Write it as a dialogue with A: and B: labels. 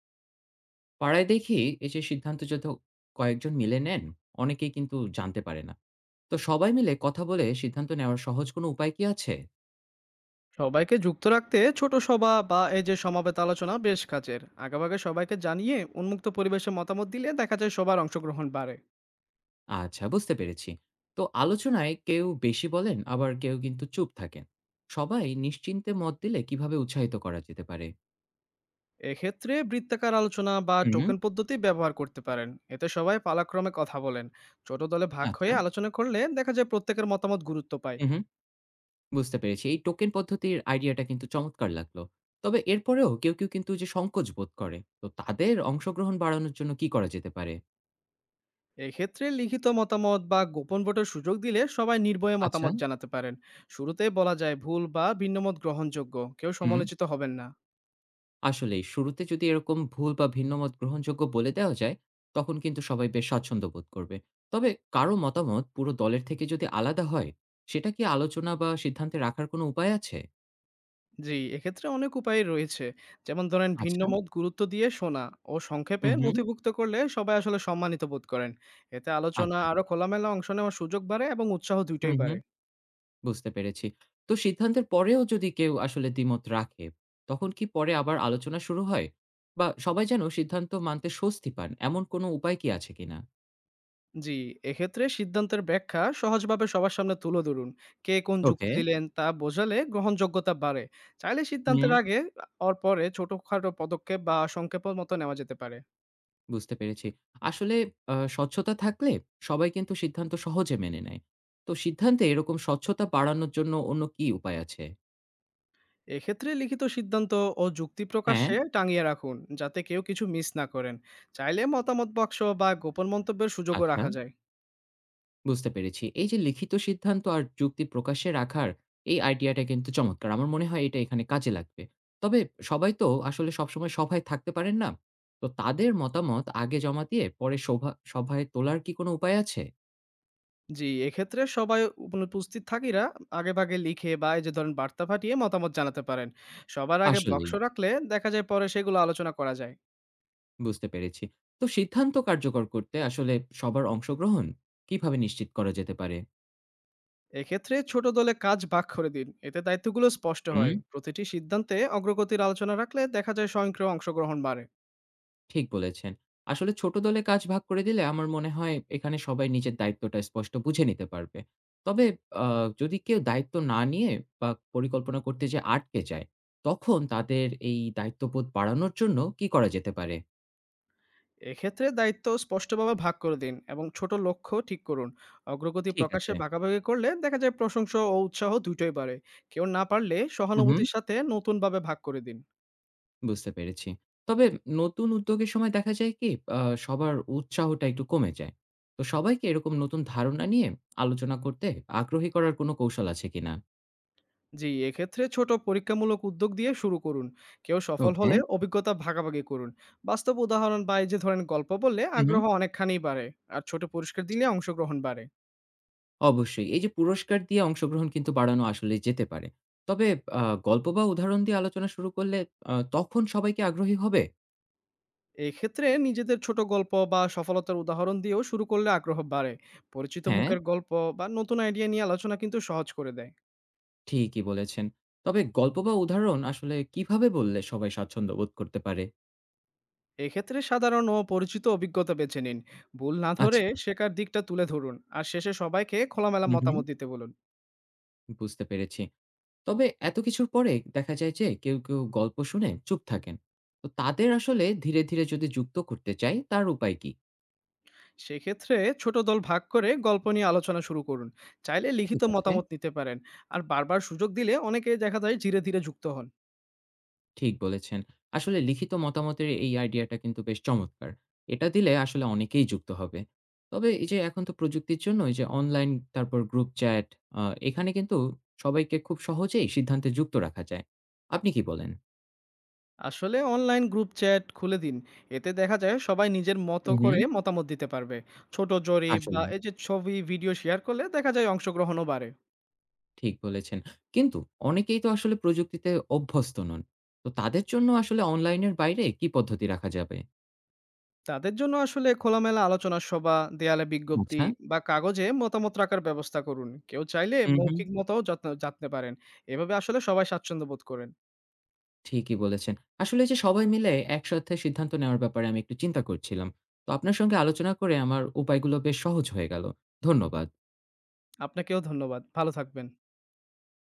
A: পাড়ায় দেখি এই যে সিদ্ধান্ত যদি কয়েকজন মিলে নেন, অনেকেই কিন্তু জানতে পারে না। তো সবাই মিলে কথা বলে সিদ্ধান্ত নেওয়ার সহজ কোনো উপায় কি আছে?
B: সবাইকে যুক্ত রাখতে ছোট সভা বা এই যে সমাবেত আলোচনা বেশ কাজের। আগেভাগে সবাইকে জানিয়ে উন্মুক্ত পরিবেশে মতামত দিলে দেখা যায় সবার অংশগ্রহণ বাড়ে।
A: আচ্ছা, বুঝতে পেরেছি। তো আলোচনায় কেউ বেশি বলেন, আবার কেউ কিন্তু চুপ থাকেন। সবাই নিশ্চিন্তে মত দিলে কিভাবে উৎসাহিত করা যেতে পারে?
B: এক্ষেত্রে বৃত্তাকার আলোচনা বা
A: হুম।
B: টোকেন পদ্ধতি ব্যবহার করতে পারেন। এতে সবাই পালাক্রমে কথা বলেন। ছোট দলে ভাগ
A: আচ্ছা।
B: হয়ে আলোচনা করলে দেখা যায় প্রত্যেকের মতামত গুরুত্ব পায়।
A: হুম, হুম। বুঝতে পেরেছি, এই টোকেন পদ্ধতির আইডিয়াটা কিন্তু চমৎকার লাগলো। তবে এরপরেও কেউ কেউ কিন্তু যে সংকোচ বোধ করে, তো তাদের অংশগ্রহণ বাড়ানোর জন্য কি করা যেতে পারে?
B: এক্ষেত্রে লিখিত মতামত বা গোপন ভোটের সুযোগ দিলে সবাই নির্ভয়ে
A: আচ্ছা।
B: মতামত জানাতে পারেন। শুরুতেই বলা যায় ভুল বা ভিন্নমত গ্রহণযোগ্য, কেউ
A: হুম।
B: সমালোচিত হবেন না।
A: আসলেই শুরুতে যদি এরকম ভুল বা ভিন্নমত গ্রহণযোগ্য বলে দেওয়া যায়, তখন কিন্তু সবাই বেশ স্বাচ্ছন্দ্য বোধ করবে। তবে কারো মতামত পুরো দলের থেকে যদি আলাদা হয়, সেটা কি আলোচনা বা সিদ্ধান্তে রাখার কোনো উপায় আছে?
B: জি, এক্ষেত্রে অনেক উপায় রয়েছে। যেমন ধরেন ভিন্ন
A: আচ্ছা।
B: মত গুরুত্ব দিয়ে শোনা ও সংক্ষেপে
A: হুম, হুম।
B: নথিভুক্ত করলে সবাই আসলে সম্মানিত বোধ করেন। এতে আলোচনা
A: আচ্ছা।
B: আরো খোলামেলা অংশ নেওয়ার সুযোগ বাড়ে এবং উৎসাহ
A: হুম,
B: দুইটাই
A: হুম।
B: বাড়ে।
A: বুঝতে পেরেছি। তো সিদ্ধান্তের পরেও যদি কেউ আসলে দ্বিমত রাখে, তখন কি পরে আবার আলোচনা শুরু হয়? বা সবাই যেন সিদ্ধান্ত মানতে স্বস্তি পান, এমন কোনো উপায় কি আছে কিনা?
B: জি, এক্ষেত্রে সিদ্ধান্তের ব্যাখ্যা সহজভাবে সবার সামনে তুলে ধরুন। কে কোন
A: ওকে।
B: যুক্তি দিলেন তা বোঝালে গ্রহণযোগ্যতা বাড়ে। চাইলে
A: হুম।
B: সিদ্ধান্তের আগে অর পরে ছোটখাটো পদক্ষেপ বা সংক্ষেপের মতো নেওয়া যেতে পারে।
A: বুঝতে পেরেছি। আসলে স্বচ্ছতা থাকলে সবাই কিন্তু সিদ্ধান্ত সহজে মেনে নেয়। তো সিদ্ধান্তে এরকম স্বচ্ছতা বাড়ানোর জন্য অন্য কি উপায় আছে?
B: এক্ষেত্রে লিখিত সিদ্ধান্ত ও যুক্তি
A: হ্যাঁ।
B: প্রকাশ্যে টাঙিয়ে রাখুন যাতে কেউ কিছু মিস না করেন। চাইলে মতামত বাক্স বা গোপন মন্তব্যের সুযোগও
A: আচ্ছা,
B: রাখা যায়।
A: বুঝতে পেরেছি। এই যে লিখিত সিদ্ধান্ত আর যুক্তি প্রকাশ্যে রাখার এই আইডিয়াটা কিন্তু চমৎকার। আমার মনে হয় এটা এখানে কাজে লাগবে। তবে সবাই তো আসলে সবসময় সভায় থাকতে পারেন না। তো তাদের মতামত আগে জমা দিয়ে পরে সভায় তোলার কি কোনো উপায় আছে?
B: জি, এক্ষেত্রে সবাই উপস্থিত থাকিরা আগেভাগে লিখে বা এই যে ধরেন বার্তা পাঠিয়ে মতামত জানাতে পারেন। সবার আগে
A: আসলেই।
B: বাক্স রাখলে দেখা যায় পরে সেগুলো আলোচনা করা যায়।
A: বুঝতে পেরেছি। তো সিদ্ধান্ত কার্যকর করতে আসলে সবার অংশগ্রহণ কিভাবে নিশ্চিত করা যেতে পারে?
B: এক্ষেত্রে ছোট দলে কাজ ভাগ করে দিন, এতে দায়িত্বগুলো স্পষ্ট
A: হুম।
B: হয়। প্রতিটি সিদ্ধান্তে অগ্রগতির আলোচনা রাখলে দেখা যায় স্বয়ংক্রিয় অংশগ্রহণ বাড়ে।
A: ঠিক বলেছেন। আসলে ছোট দলে কাজ ভাগ করে দিলে আমার মনে হয় এখানে সবাই নিজের দায়িত্বটা স্পষ্ট বুঝে নিতে পারবে। তবে আ যদি কেউ দায়িত্ব না নিয়ে বা পরিকল্পনা করতে যেয়ে আটকে যায়, তখন তাদের এই দায়িত্ববোধ বাড়ানোর জন্য কি করা যেতে পারে?
B: এক্ষেত্রে দায়িত্ব স্পষ্টভাবে ভাগ করে দিন এবং ছোট লক্ষ্য ঠিক করুন। অগ্রগতি
A: ঠিক
B: প্রকাশে
A: আছে।
B: ভাগাভাগি করলে দেখা যায় প্রশংসা ও উৎসাহ দুটোই বাড়ে। কেউ না পারলে
A: হু, হু।
B: সহানুভূতির সাথে নতুনভাবে ভাগ করে দিন।
A: বুঝতে পেরেছি। তবে নতুন উদ্যোগের সময় দেখা যায় কি আ সবার উৎসাহটা একটু কমে যায়। তো সবাইকে এরকম নতুন ধারণা নিয়ে আলোচনা করতে আগ্রহী করার কোনো কৌশল আছে কিনা?
B: জি, এক্ষেত্রে ছোট পরীক্ষামূলক উদ্যোগ দিয়ে শুরু করুন। কেউ সফল
A: ওকে।
B: হলে অভিজ্ঞতা ভাগাভাগি করুন। বাস্তব উদাহরণ বা এই যে ধরেন গল্প বললে
A: হু, হু।
B: আগ্রহ অনেকখানি বাড়ে। আর ছোট পুরস্কার দিলে অংশগ্রহণ বাড়ে।
A: অবশ্যই। এই যে পুরস্কার দিয়ে অংশগ্রহণ কিন্তু বাড়ানো আসলে যেতে পারে। তবে আ গল্প বা উদাহরণ দিয়ে আলোচনা শুরু করলে তখন সবাই কি আগ্রহী হবে?
B: এক্ষেত্রে নিজেদের ছোট গল্প বা সফলতার উদাহরণ দিয়েও শুরু করলে আগ্রহ বাড়ে। পরিচিত
A: হ্যাঁ।
B: মুখের গল্প বা নতুন আইডিয়া নিয়ে আলোচনা কিন্তু সহজ করে দেয়।
A: ঠিকই বলেছেন। তবে গল্প বা উদাহরণ আসলে কিভাবে বললে সবাই স্বাচ্ছন্দ্য বোধ করতে পারে?
B: এক্ষেত্রে সাধারণ ও পরিচিত অভিজ্ঞতা বেছে নিন। ভুল না ধরে
A: আচ্ছা।
B: শেখার দিকটা তুলে ধরুন আর শেষে সবাইকে খোলামেলা
A: হু, হু।
B: মতামত দিতে বলুন।
A: বুঝতে পেরেছি। তবে এত কিছুর পরে দেখা যায় যে কেউ, কেউ গল্প শুনে চুপ থাকেন। তো তাদের আসলে ধীরে, ধীরে যদি যুক্ত করতে চাই তার উপায় কি?
B: সেক্ষেত্রে ছোট দল ভাগ করে গল্প নিয়ে আলোচনা শুরু করুন। চাইলে লিখিত
A: ঠিক আছে।
B: মতামত নিতে পারেন। আর বারবার সুযোগ দিলে অনেকে দেখা যায় ধীরে, ধীরে যুক্ত হন।
A: ঠিক বলেছেন। আসলে লিখিত মতামতের এই আইডিয়াটা কিন্তু বেশ চমৎকার। এটা দিলে আসলে অনেকেই যুক্ত হবে। তবে এই যে এখন তো প্রযুক্তির জন্য এই যে অনলাইন, তারপর গ্রুপ চ্যাট, আ এখানে কিন্তু সবাইকে খুব সহজেই সিদ্ধান্তে যুক্ত রাখা যায়। আপনি কি বলেন?
B: আসলে অনলাইন গ্রুপ চ্যাট খুলে দিন, এতে দেখা যায় সবাই নিজের মতো
A: হুম, হুম।
B: করে মতামত দিতে পারবে। ছোট জরিপ বা
A: আসলেই।
B: এই যে ছবি ভিডিও শেয়ার করলে দেখা যায় অংশগ্রহণও বাড়ে।
A: ঠিক বলেছেন। কিন্তু অনেকেই তো আসলে প্রযুক্তিতে অভ্যস্ত নন। তো তাদের জন্য আসলে অনলাইনের বাইরে কি পদ্ধতি রাখা যাবে?
B: তাদের জন্য আসলে খোলামেলা আলোচনা সভা, দেয়ালে বিজ্ঞপ্তি
A: আচ্ছা।
B: বা কাগজে মতামত রাখার ব্যবস্থা করুন। কেউ চাইলে
A: হুম, হুম।
B: মৌখিক মতো জানতে পারেন। এভাবে আসলে সবাই স্বাচ্ছন্দ্য বোধ করেন।
A: ঠিকই বলেছেন। আসলে যে সবাই মিলে একসাথে সিদ্ধান্ত নেওয়ার ব্যাপারে আমি একটু চিন্তা করছিলাম। তো আপনার সঙ্গে আলোচনা করে আমার উপায়গুলো বেশ সহজ হয়ে গেল। ধন্যবাদ।
B: আপনাকেও ধন্যবাদ, ভালো থাকবেন।